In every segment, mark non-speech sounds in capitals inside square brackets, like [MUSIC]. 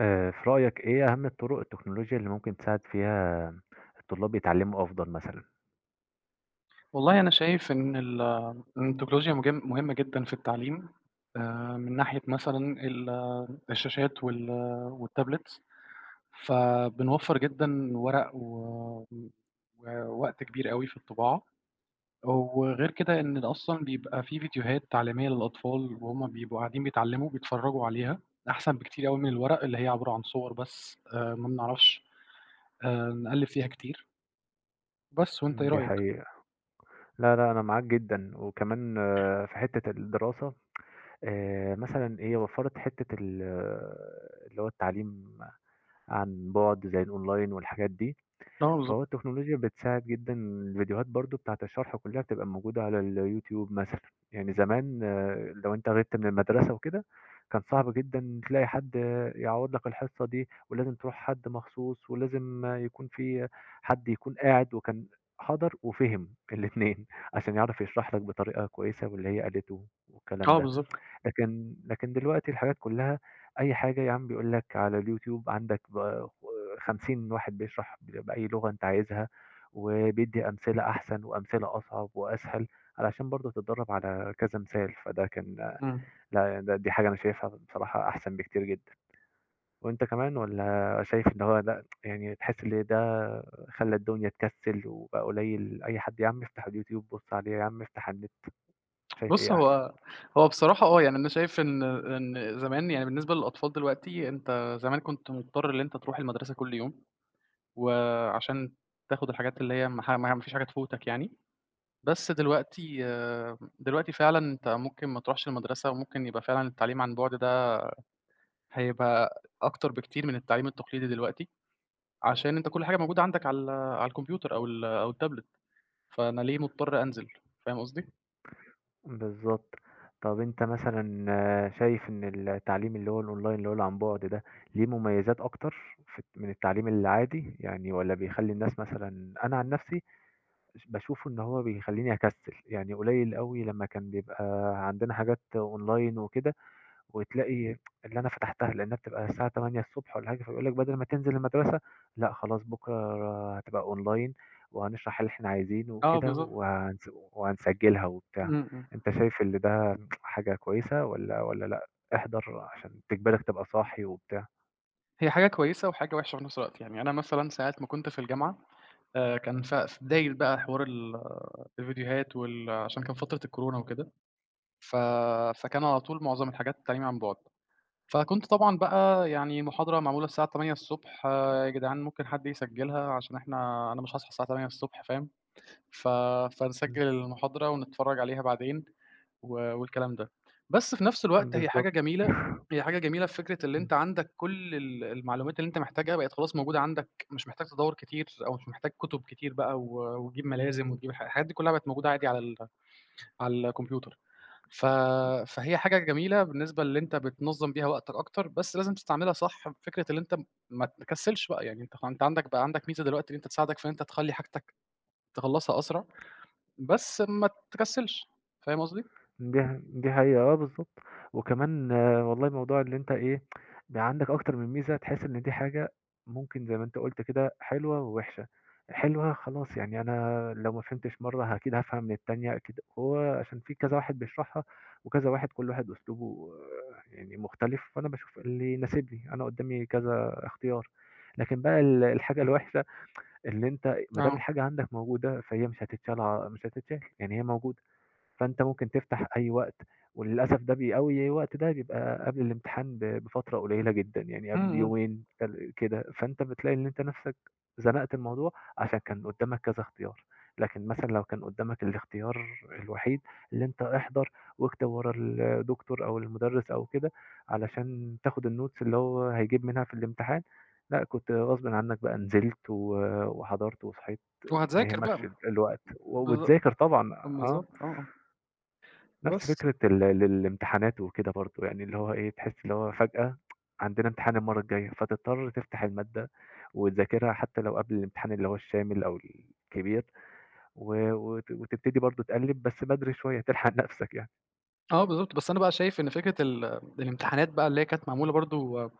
في رأيك إيه أهم الطرق التكنولوجيا اللي ممكن تساعد فيها الطلاب يتعلموا أفضل مثلًا؟ والله أنا شايف إن التكنولوجيا مهمة جدًا في التعليم، من ناحية مثلًا ال الشاشات والتابلتس، فبنوفّر جدًا ورق و ووقت كبير أوي في الطباعة، وغير كده إن أصلًا بيبقى في فيديوهات تعليمية للأطفال وهُم بيبقوا قاعدين بيتعلموا بيتفرّجوا عليها، أحسن بكتير أوي من الورق اللي هي عبارة عن صور بس ما بنعرفش نقلِّب فيها كتير، بس وأنت إيه دي رأيك؟ حقيقة. لا، لا، أنا معاك جدًا، وكمان في حتّة الدراسة، مثلًا هي وفّرت حتّة اللي هو التعليم عن بُعد زي الأونلاين والحاجات دي. آه بالضبط، فهو التكنولوجيا بتساعد جدًا، الفيديوهات برضه بتاعة الشرح كلّها بتبقى موجودة على اليوتيوب مثلًا. يعني زمان لو أنت غِبت من المدرسة وكده، كان صعب جدًا تلاقي حد يعوّض لك الحصة دي، ولازم تروح حد مخصوص، ولازم يكون في حد يكون قاعد وكان حَضَر وفِهِم الاتنين، [LAUGHS] عشان يعرف يشرح لك بطريقة كويسة واللي هي قالته والكلام آه ده. بالضبط، لكن دلوقتي الحاجات كلها، أي حاجة يا عم بيقول لك على اليوتيوب عندك 50 واحد بيشرح بأي لغة أنت عايزها، وبيدّي أمثلة أحسن وأمثلة أصعب وأسهل، علشان برضه تتدرّب على كذا مثال. فده كان إمم. لأ، دي حاجة أنا شايفها بصراحة أحسن بكتير جدًا. وأنت كمان والّا شايف إن هو لأ، يعني تحس إن ده خلّى الدنيا تكسّل وبقى قليل، أي حد يا عم افتح اليوتيوب بُص عليه، يا عم افتح على النت، شايف بُص، إيه أحسن؟ هو هو بصراحة آه، يعني أنا شايف إن زمان يعني بالنسبة للأطفال دلوقتي، أنت زمان كنت مضطر إن أنت تروح المدرسة كل يوم، وعشان تاخد الحاجات اللي هي ما فيش حاجة تفوتك يعني، بس دلوقتي آه، دلوقتي فعلًا أنت ممكن ما تروحش المدرسة، وممكن يبقى فعلًا التعليم عن بُعد ده هيبقى أكتر بكتير من التعليم التقليدي دلوقتي، عشان أنت كل حاجة موجودة عندك على الكمبيوتر أو التابلت، فأنا ليه مضطر أنزل، فاهم قصدي؟ بالضبط. طَب أنت مثلًا شايف إن التعليم اللي هو الأونلاين اللي عن بُعد ده، ليه مميزات أكتر من التعليم العادي؟ يعني والّا بيخلّي الناس مثلًا؟ أنا عن نفسي باشوف إن هو بيخلّيني أكسِّل، يعني قليل أوي لمّا كان بيبقى عندنا حاجات أونلاين وكده وتلاقي اللي أنا فتحتها لأنها بتبقى الساعة 8:00 ص والّا حاجة، فبيقول لك بدل ما تنزل المدرسة لأ خلاص بكرة هتبقى أونلاين وهنشرح اللي إحنا عايزينه آه وكده بالضبط، وهنسجلها وبتاع. إمم، إمم. أنت شايف اللي ده حاجة كويسة والّا لأ احضر عشان تجبرك تبقى صاحي وبتاع؟ هي حاجة كويسة وحاجة وحشة في نفس الوقت، يعني أنا مثلًا ساعة ما كنت في الجامعة كان في بداية بقى حوار ال آه، الفيديوهات وال آه، عشان كان فترة الكورونا وكده، ف فكان على طول معظم الحاجات التعليم عن بُعد، فكنت طبعًا بقى يعني محاضرة معمولة الساعة 08:00 يا جدعان ممكن حد يسجلها عشان أنا مش هاصحى الساعة 08:00 فاهم؟ ف إمم، فنسجل المحاضرة ونتفرج عليها بعدين. والكلام ده. بس في نفس الوقت هي حاجة بالضبط، جميلة، هي حاجة جميلة في فكرة اللي إمم. أنت عندك كل المعلومات اللي أنت محتاجها بقت خلاص موجودة عندك، مش محتاج تدوّر كتير أو مش محتاج كتب كتير بقى وتجيب ملازم وتجيب الحاجات دي كلها بقت موجودة عادي على الكمبيوتر. ف فهي حاجة جميلة بالنسبة اللي أنت بتنظّم بيها وقتك أكتر، بس لازم تستعملها صح في فكرة اللي أنت ما تكسّلش بقى، يعني أنت عندك ميزة دلوقتي إن أنت تساعدك في إن أنت تخلّي حاجتك تخلّصها أسرع، بس ما تكسّلش، فاهم قصدي؟ دي حقيقة، آه بالضبط. وكمان والله موضوع اللي أنت إيه، بقى عندك أكتر من ميزة، تحس إن دي حاجة ممكن زي ما أنت قُلت كده حلوة ووحشة. حلوة خلاص يعني أنا لو ما فهمتش مرّة أكيد هافهم من التانية، أكيد هو عشان في كذا واحد بيشرحها وكذا واحد، كل واحد أسلوبه يعني مختلف، فأنا باشوف اللي يناسبني، أنا قدّامي كذا اختيار. لكن بقى الحاجة الوحشة اللي أنت ما دام آه. الحاجة عندك موجودة فهي مش هتتشال، يعني هي موجودة. فأنت ممكن تفتح أي وقت، وللأسف ده بي أوي الوقت ده بيبقى قبل الامتحان بفترة قليلة جدًا، يعني إمم، قبل إمم. بيومين كده، فأنت بتلاقي إن أنت نَفْسك زنقت الموضوع عشان كان قدّامك كذا اختيار، لكن مثلًا لو كان قدّامك الاختيار الوحيد اللي أنت احضر واكتب ورا الدكتور أو المُدرِّس أو كده علشان تاخد الnotes اللي هو هيجيب منها في الامتحان، لأ كنت غصبٍ عنّك بقى نزلت وحضرت وصحيت ما وهتذاكر يهمكش بقى، الوقت بالض وتذاكر طبعًا، آه. بالضبط آه، آه، نفس بس. فكرة ال ال الامتحانات وكده برضه، يعني اللي هو إيه، تحس اللي هو فجأة عندنا امتحان المَرّة الجاية، فتضطر تفتح المادة وتذاكرها حتى لو قبل الامتحان اللي هو الشامل أو الكبير، و وت وتبتدي برضه تقلِّب بس بدري شوية تلحق نَفْسك يعني. آه بالضبط، بس أنا بقى شايف إن فكرة الامتحانات بقى اللي هي كانت معمولة برضه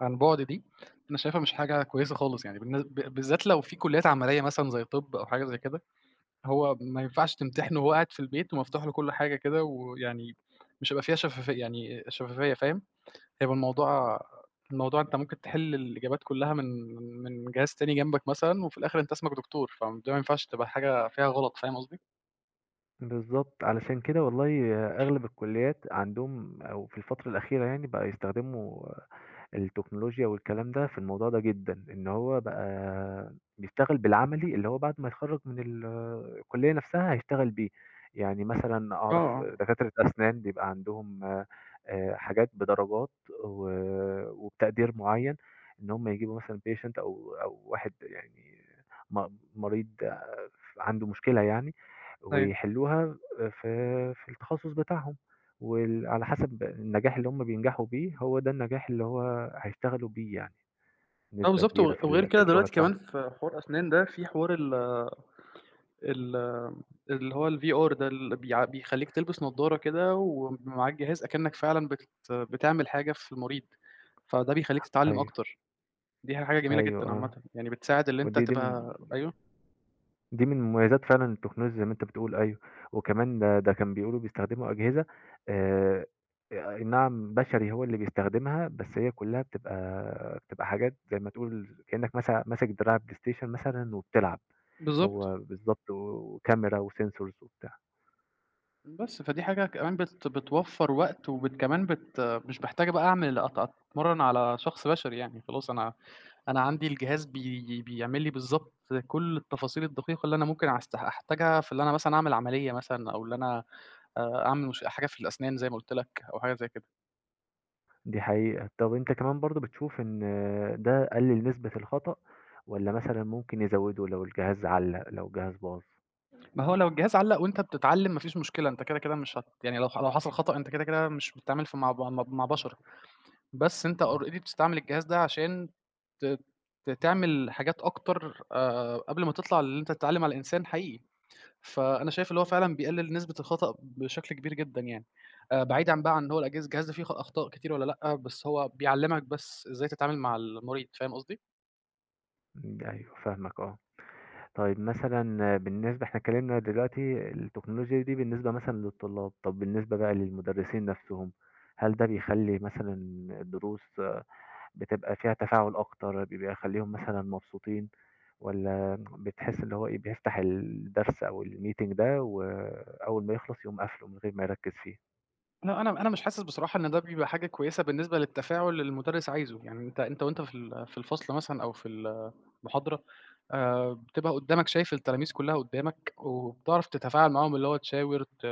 عن بُعد دي، أنا شايفها مش حاجة كويسة خالص يعني بالن ب بالذات لو في كليات عملية مثلًا زي طِب أو حاجة زي كده، هو ما ينفعش تمتحنه وهو قاعد في البيت ومفتوح له كل حاجة كده، ويعني مش هيبقى فيها شفافية فاهم، هيبقى الموضوع الموضوع أنت ممكن تحل الإجابات كلها من جهاز تاني جنبك مثلًا، وفي الآخر أنت اسمك دكتور، فده ما ينفعش تبقى حاجة فيها غلط، فاهم قصدي؟ بالضبط، علشان كده والله أغلب الكُلّيات عندهم أو في الفترة الأخيرة يعني بقى يستخدموا التكنولوجيا والكلام ده في الموضوع ده جدًا، إن هو بقى بيشتغل بالعملي اللي هو بعد ما يتخرّج من الكلية نفسها هيشتغل بيه. يعني مثلًا آه، أعرف آه. دكاترة أسنان بيبقى عندهم حاجات بدرجات و وبتقدير معيّن، إن هم يجيبوا مثلًا patient أو واحد يعني م مريض عنده مشكلة يعني أيوه. ويحلوها في في التخصص بتاعهم، وال على حسب النجاح اللي هم بينجحوا بيه، هو ده النجاح اللي هو هيشتغلوا بيه، يعني آه نسبة بالضبط، كبيرة في وغير في كده الشغل دلوقتي بتاعهم. كمان في حوار أسنان ده، في حوار ال ال اللي هو الVR ده اللي بيخلّيك تلبس نضارة كده ومعاك جهاز أكنّك فعلًا بتعمل حاجة في المريض، فده بيخلّيك تتعلّم أيوه، أكتر، دي حاجة جميلة أيوه جدًا آه، عامةً، يعني بتساعد اللي أنت ودي دي من تبقى أيوه، دي من مميزات فعلًا التكنولوجيا زي ما أنت بتقول، أيوه. وكمان ده ده كان بيقولوا بيستخدموا أجهزة، آآ، أي نعم بشري هو اللي بيستخدمها، بس هي كلّها بتبقى، حاجات زي ما تقول كإنّك مثلًا ماسك دراع بلاي ستيشن مثلًا وبتلعب، بالضبط، هو بالضبط، وكاميرا وsensors وبتاع. بس حاجة كمان بتوفّر وقت وبت كمان بت مش محتاجة بقى أعمل أتمرّن على شخص بشري يعني، خلاص أنا عندي الجهاز بيعمل لي بالضبط كل التفاصيل الدقيقة اللي أنا ممكن أحتاجها في اللي أنا مثلًا أعمل عملية مثلًا أو اللي أنا أعمل مش حاجة في الأسنان زي ما قُلت لك أو حاجة زي كده. دي حقيقة. طب أنت كمان برضه بتشوف إن ده قلِّل نسبة الخطأ والّا مثلًا ممكن يزوّده لو الجهاز علّق، لو الجهاز باظ؟ ما هو لو الجهاز علّق وأنت بتتعلم ما فيش مشكلة، أنت كده مش هت يعني لو حصل خطأ أنت كده مش بتتعامل في مع ب مع مع بشر، بس أنت إمم، already بتستعمل الجهاز ده عشان ت ت تعمل حاجات أكتر قبل ما تطلع للي أنت تتعلم على إنسان حقيقي. فأنا شايف اللي هو فعلًا بيقلل نسبة الخطأ بشكل كبير جدًا يعني، بعيدًا بقى عن هو الأجهزة الجهاز ده فيه أخطاء كتير والّا لأ، بس هو بيعلّمك بس إزاي تتعامل مع المريض، فاهم قصدي؟ إمم، أيوه فاهمك آه. طيب مثلًا بالنسبة، إحنا اتكلّمنا دلوقتي التكنولوجيا دي بالنسبة مثلًا للطلاب، طب بالنسبة بقى للمدرسين نَفْسهم، هل ده بيخلّي مثلًا الدروس بتبقى فيها تفاعل أكتر، بيخلّيهم مثلًا مبسوطين، والّا بتحس اللي هو إيه، بيفتح الدرس أو الmeeting ده وأول ما يخلص يقوم قافله من غير ما يركّز فيه؟ لأ، أنا مش حاسس بصراحة إن ده بيبقى حاجة كويسة بالنسبة للتفاعل اللي المدرس عايزه، يعني أنت وأنت في في الفصل مثلًا أو في المحاضرة بتبقى قدّامك شايف التلاميذ كلّها قدّامك، وبتعرف تتفاعل معاهم اللي هو تشاور ت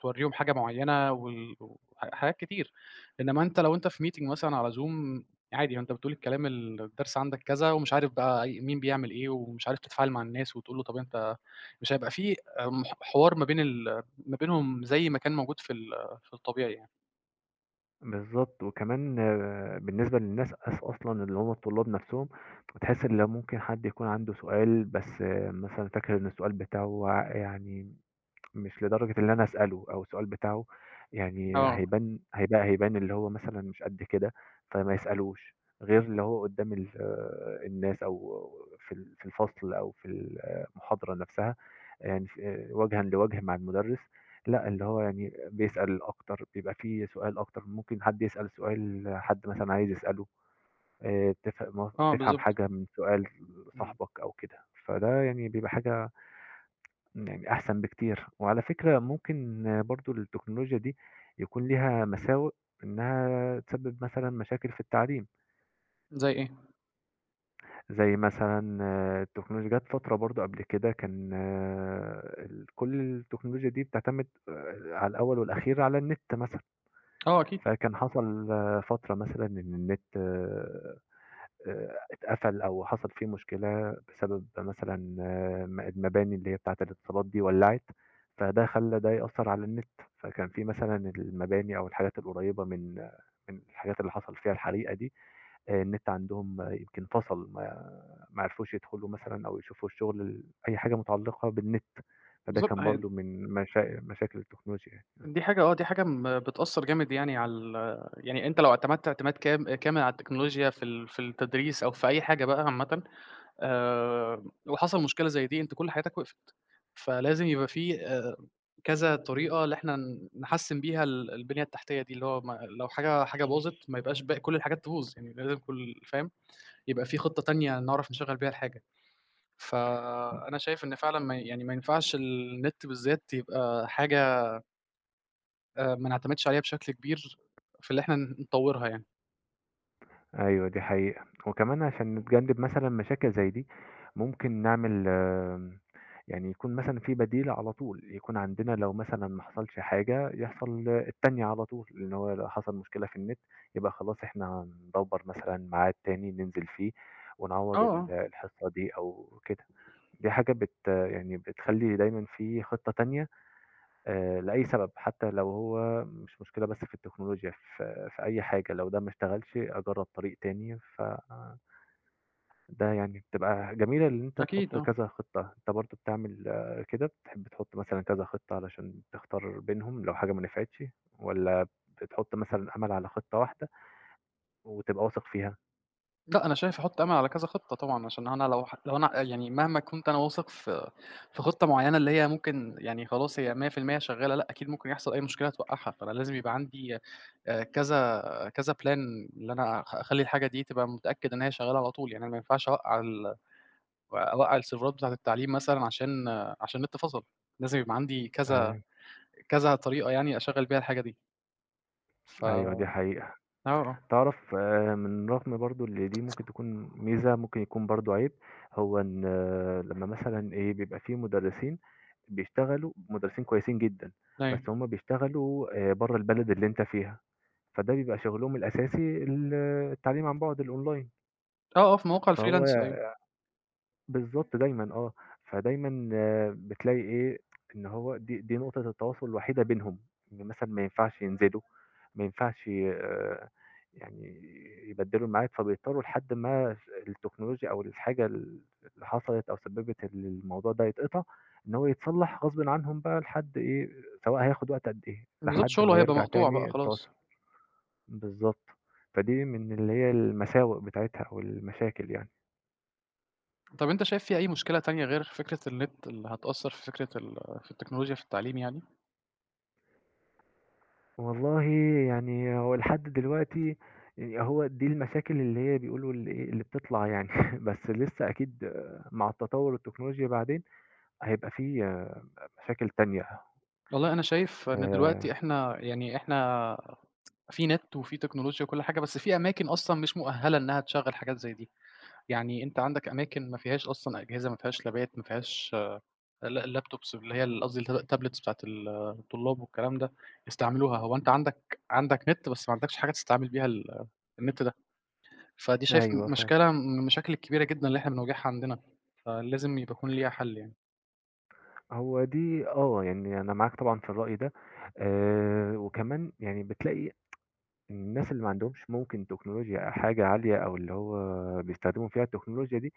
تورّيهم حاجة معيّنة وال وح حاجات كتير، إنما لو أنت في meeting مثلًا على Zoom عادي ما أنت بتقول الكلام الدرس عندك كذا ومش عارف بقى أي مين بيعمل إيه، ومش عارف تتفاعل مع الناس وتقول له طب أنت مش هيبقى في آمم، ح حوار ما بين ما بينهم زي ما كان موجود في الطبيعي يعني. بالضبط. وكمان بالنسبة للناس، أصلًا اللي هم الطلاب نفسهم، بتحس إن لو ممكن حد يكون عنده سؤال بس مثلًا فاكر إن السؤال بتاعه يعني مش لدرجة اللي أنا أسأله، أو السؤال بتاعه يعني آه، هيبان اللي هو مثلًا مش قد كده، فما يسألوش، غير اللي هو قدّام ال آه، الناس أو في في الفصل أو في المحاضرة نفسها، يعني ف آه، وجهًا لوجه مع المدرس، لأ اللي هو يعني بيسأل أكتر، بيبقى في سؤال أكتر، ممكن حد يسأل سؤال حد مثلًا عايز يسأله، تف م آه تفهم بالضبط، حاجة من سؤال إمم، صاحبك أو كده، فده يعني بيبقى حاجة يعني أحسن بكتير. وعلى فكرة ممكن برضه التكنولوجيا دي يكون ليها مساوئ إنها تسبب مثلًا مشاكل في التعليم، زي إيه؟ زي مثلًا التكنولوجيا جات فترة برضه قبل كده كان آه، ال كل التكنولوجيا دي بتعتمد على الأول والأخير على النت مثلًا، آه أكيد، فكان حصل فترة مثلًا إن النت اتقفل أو حصل فيه مشكلة بسبب مثلًا آه، م المباني اللي هي بتاعة الاتصالات دي ولّعت، فده خلّى ده يأثّر على النت، فكان في مثلًا المباني أو الحاجات القريّبة من من الحاجات اللي حصل فيها الحريقة دي، النت عندهم يمكن فصل، ما عرفوش يدخلوا مثلًا أو يشوفوا الشغل ال أي حاجة متعلقة بالنت، فده بالضبط كان ه برضه من مشاكل التكنولوجيا يعني. إمم. دي حاجة آه، دي حاجة بتأثّر جامد يعني على ال يعني أنت لو اعتمدت اعتماد كامل على التكنولوجيا في في التدريس أو في أي حاجة بقى عامةً وحصل مشكلة زي دي أنت كل حياتك وقفت، فلازم يبقى في كذا طريقة اللي إحنا نحسّن بيها البنية التحتية دي، اللي هو ما لو حاجة باظت ما يبقاش باقي كل الحاجات تبوظ، يعني لازم كل فاهم؟ يبقى في خطة تانية نعرف نشغّل بيها الحاجة. فأنا شايف إن فعلًا ما يعني ما ينفعش النت بالذات يبقى حاجة ما نعتمدش عليها بشكل كبير في اللي إحنا نطوّرها يعني. أيوه دي حقيقة. وكمان عشان نتجنب مثلًا مشاكل زي دي، ممكن نعمل يعني يكون مثلًا في بديل على طول، يكون عندنا لو مثلًا ما حصلش حاجة يحصل التانية على طول، لإن هو لو حصل مشكلة في النت يبقى خلاص إحنا هندوّر مثلًا ميعاد تاني ننزل فيه آه، ونعوّض آه، الحصة دي أو كده. دي حاجة بت يعني بتخلّي دايمًا في خطة تانية لأي سبب، حتى لو هو مش مشكلة بس في التكنولوجيا، في في أي حاجة، لو ده ما اشتغلش أجرّب طريق تاني، فده يعني بتبقى جميلة إن أنت أكيد تحُط آه. كذا خطة. أنت برضه بتعمل كده، بتحب تحُط مثلًا كذا خطة علشان تختار بينهم لو حاجة ما نفعتش، والّا بتحُط مثلًا أمَل على خطة واحدة وتبقى واثق فيها؟ لأ، أنا شايف أحُط أمل على كذا خطة طبعًا، عشان أنا لو أنا يعني مهما كنت أنا واثق في في خطة معيّنة اللي هي ممكن يعني خلاص هي 100% شغّالة، لأ، أكيد ممكن يحصل أي مشكلة هتوقّعها، فأنا لازم يبقى عندي آآ كذا كذا plan اللي أنا أخلّي الحاجة دي تبقى متأكد إن هي شغّالة على طول، يعني أنا ما ينفعش أوقّع ال وأوقّع السيرفرات بتاعة التعليم مثلًا عشان النت فصل، لازم يبقى عندي كذا آآ كذا طريقة يعني أشغّل بيها الحاجة دي، ف أيوه دي آه، حقيقة. آه، تعرف من رغم برضه اللي دي ممكن تكون ميزة، ممكن يكون برضه عيب، هو إن لمّا مثلًا بيبقى في مُدرّسين بيشتغلوا مُدرّسين كويسين جدًا، بس أيوه، هم بيشتغلوا برّه البلد اللي أنت فيها، فده بيبقى شغلهم الأساسي التعليم عن بُعد الأونلاين، آه، آه، في مواقع فهو الfreelance أيوه، بالضبط دايمًا فدايمًا بتلاقي إن هو دي نقطة التواصل الوحيدة بينهم، إن مثلًا ما ينفعش ينزلوا، ما ينفعش يعني يبدّلوا الميعاد، فبيضطروا لحد ما التكنولوجيا أو الحاجة اللي حصلت أو سبّبت إن الموضوع ده يتقطع، إن هو يتصلّح غصبٍ عنهم بقى لحد سواء هياخد وقت قد إيه، بالضبط لحد شغله ما هيبقى يرجع مقطوع بقى تاني خلاص. التواصل بالضبط، فدي من اللي هي المساوئ بتاعتها أو المشاكل يعني. طَب أنت شايف في أي مشكلة تانية غير فكرة النت اللي هتأثّر في فكرة في التكنولوجيا في التعليم يعني؟ والله يعني هو لحد دلوقتي، يعني هو دي المشاكل اللي هي بيقولوا اللي إيه اللي بتطلع يعني [LAUGHS] بس لسه أكيد مع التطور التكنولوجيا بعدين هيبقى فيه مشاكل تانية. والله أنا شايف إن دلوقتي آه إحنا يعني إحنا في نت وفي تكنولوجيا وكل حاجة، بس في أماكن أصلًا مش مؤهّلة إنّها تشغّل حاجات زي دي، يعني أنت عندك أماكن ما فيهاش أصلًا أجهزة، ما فيهاش لابات، ما فيهاش لأ اللابتوبس اللي هي ال قصدي الtablets بتاعة الطلاب والكلام ده، يستعملوها، هو أنت عندك نت بس ما عندكش حاجة تستعمل بيها النت ده، فدي شايف أيوه فاهم. مشكلة من المشاكل الكبيرة جدًا اللي إحنا بنواجهها عندنا، فلازم يبقى يكون ليها حل يعني، هو دي يعني أنا معاك طبعا في الرأي ده. وكمان يعني بتلاقي الناس اللي ما عندهمش ممكن تكنولوجيا أو حاجة عالية أو اللي هو بيستخدموا فيها التكنولوجيا دي،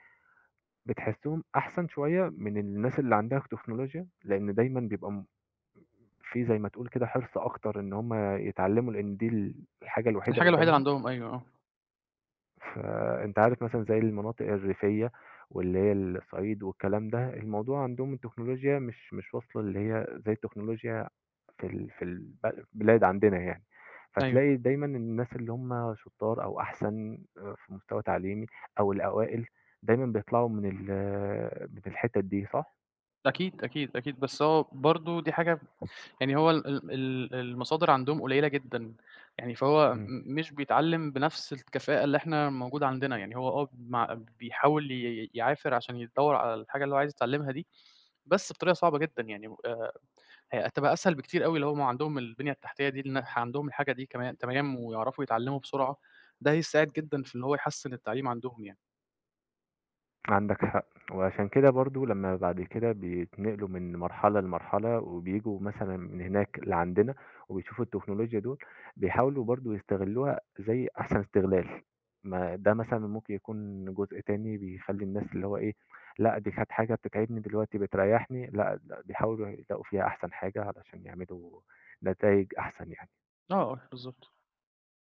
بتحسهم أحسن شوية من الناس اللي عندها تكنولوجيا، لأن دايما بيبقى في زي ما تقول كده حرص أكتر إن هم يتعلّموا، لإن دي الحاجة دي الوحيدة الحاجة الوحيدة اللي قدّامهم. عندهم أيوه، آه، فأنت عارف مثلًا زي المناطق الريفية واللي هي الصعيد والكلام ده، الموضوع عندهم التكنولوجيا مش واصلة اللي هي زي التكنولوجيا في في البلاد عندنا يعني، أيوه، فتلاقي دايمًا الناس اللي هم شطّار أو أحسن في مستوى تعليمي أو الأوائل، دايمًا بيطلعوا من من الحتت دي، صح؟ أكيد، أكيد، أكيد، بس هو برضه دي حاجة يعني هو ال ال ال المصادر عندهم قليّلة جدًا، يعني فهو إمم. مش بيتعلّم بنفس الكفاءة اللي إحنا موجودة عندنا، يعني هو آه مع بيحاول يعافر عشان يدوّر على الحاجة اللي هو عايز يتعلّمها دي، بس بطريقة صعبة جدًا يعني هتبقى أسهل بكتير أوي لو هُم عندهم البنية التحتية دي إن عندهم الحاجة دي كمان تمام ويعرفوا يتعلّموا بسرعة، ده هيساعد جدًا في اللي هو يحسّن التعليم عندهم يعني. عندك حق. وعشان كده برضه لمّا بعد كده بيتنقلوا من مرحلة لمرحلة، وبييجوا مثلًا من هناك لعندنا، وبيشوفوا التكنولوجيا دول، بيحاولوا برضه يستغلوها زي أحسن استغلال، ما ده مثلًا ممكن يكون جزء تاني بيخلّي الناس اللي هو إيه، لأ دي كانت حاجة بتتعبني دلوقتي بتريحني، لأ، لأ بيحاولوا يلاقوا فيها أحسن حاجة علشان يعملوا نتايج أحسن يعني. آه، آه، بالضبط.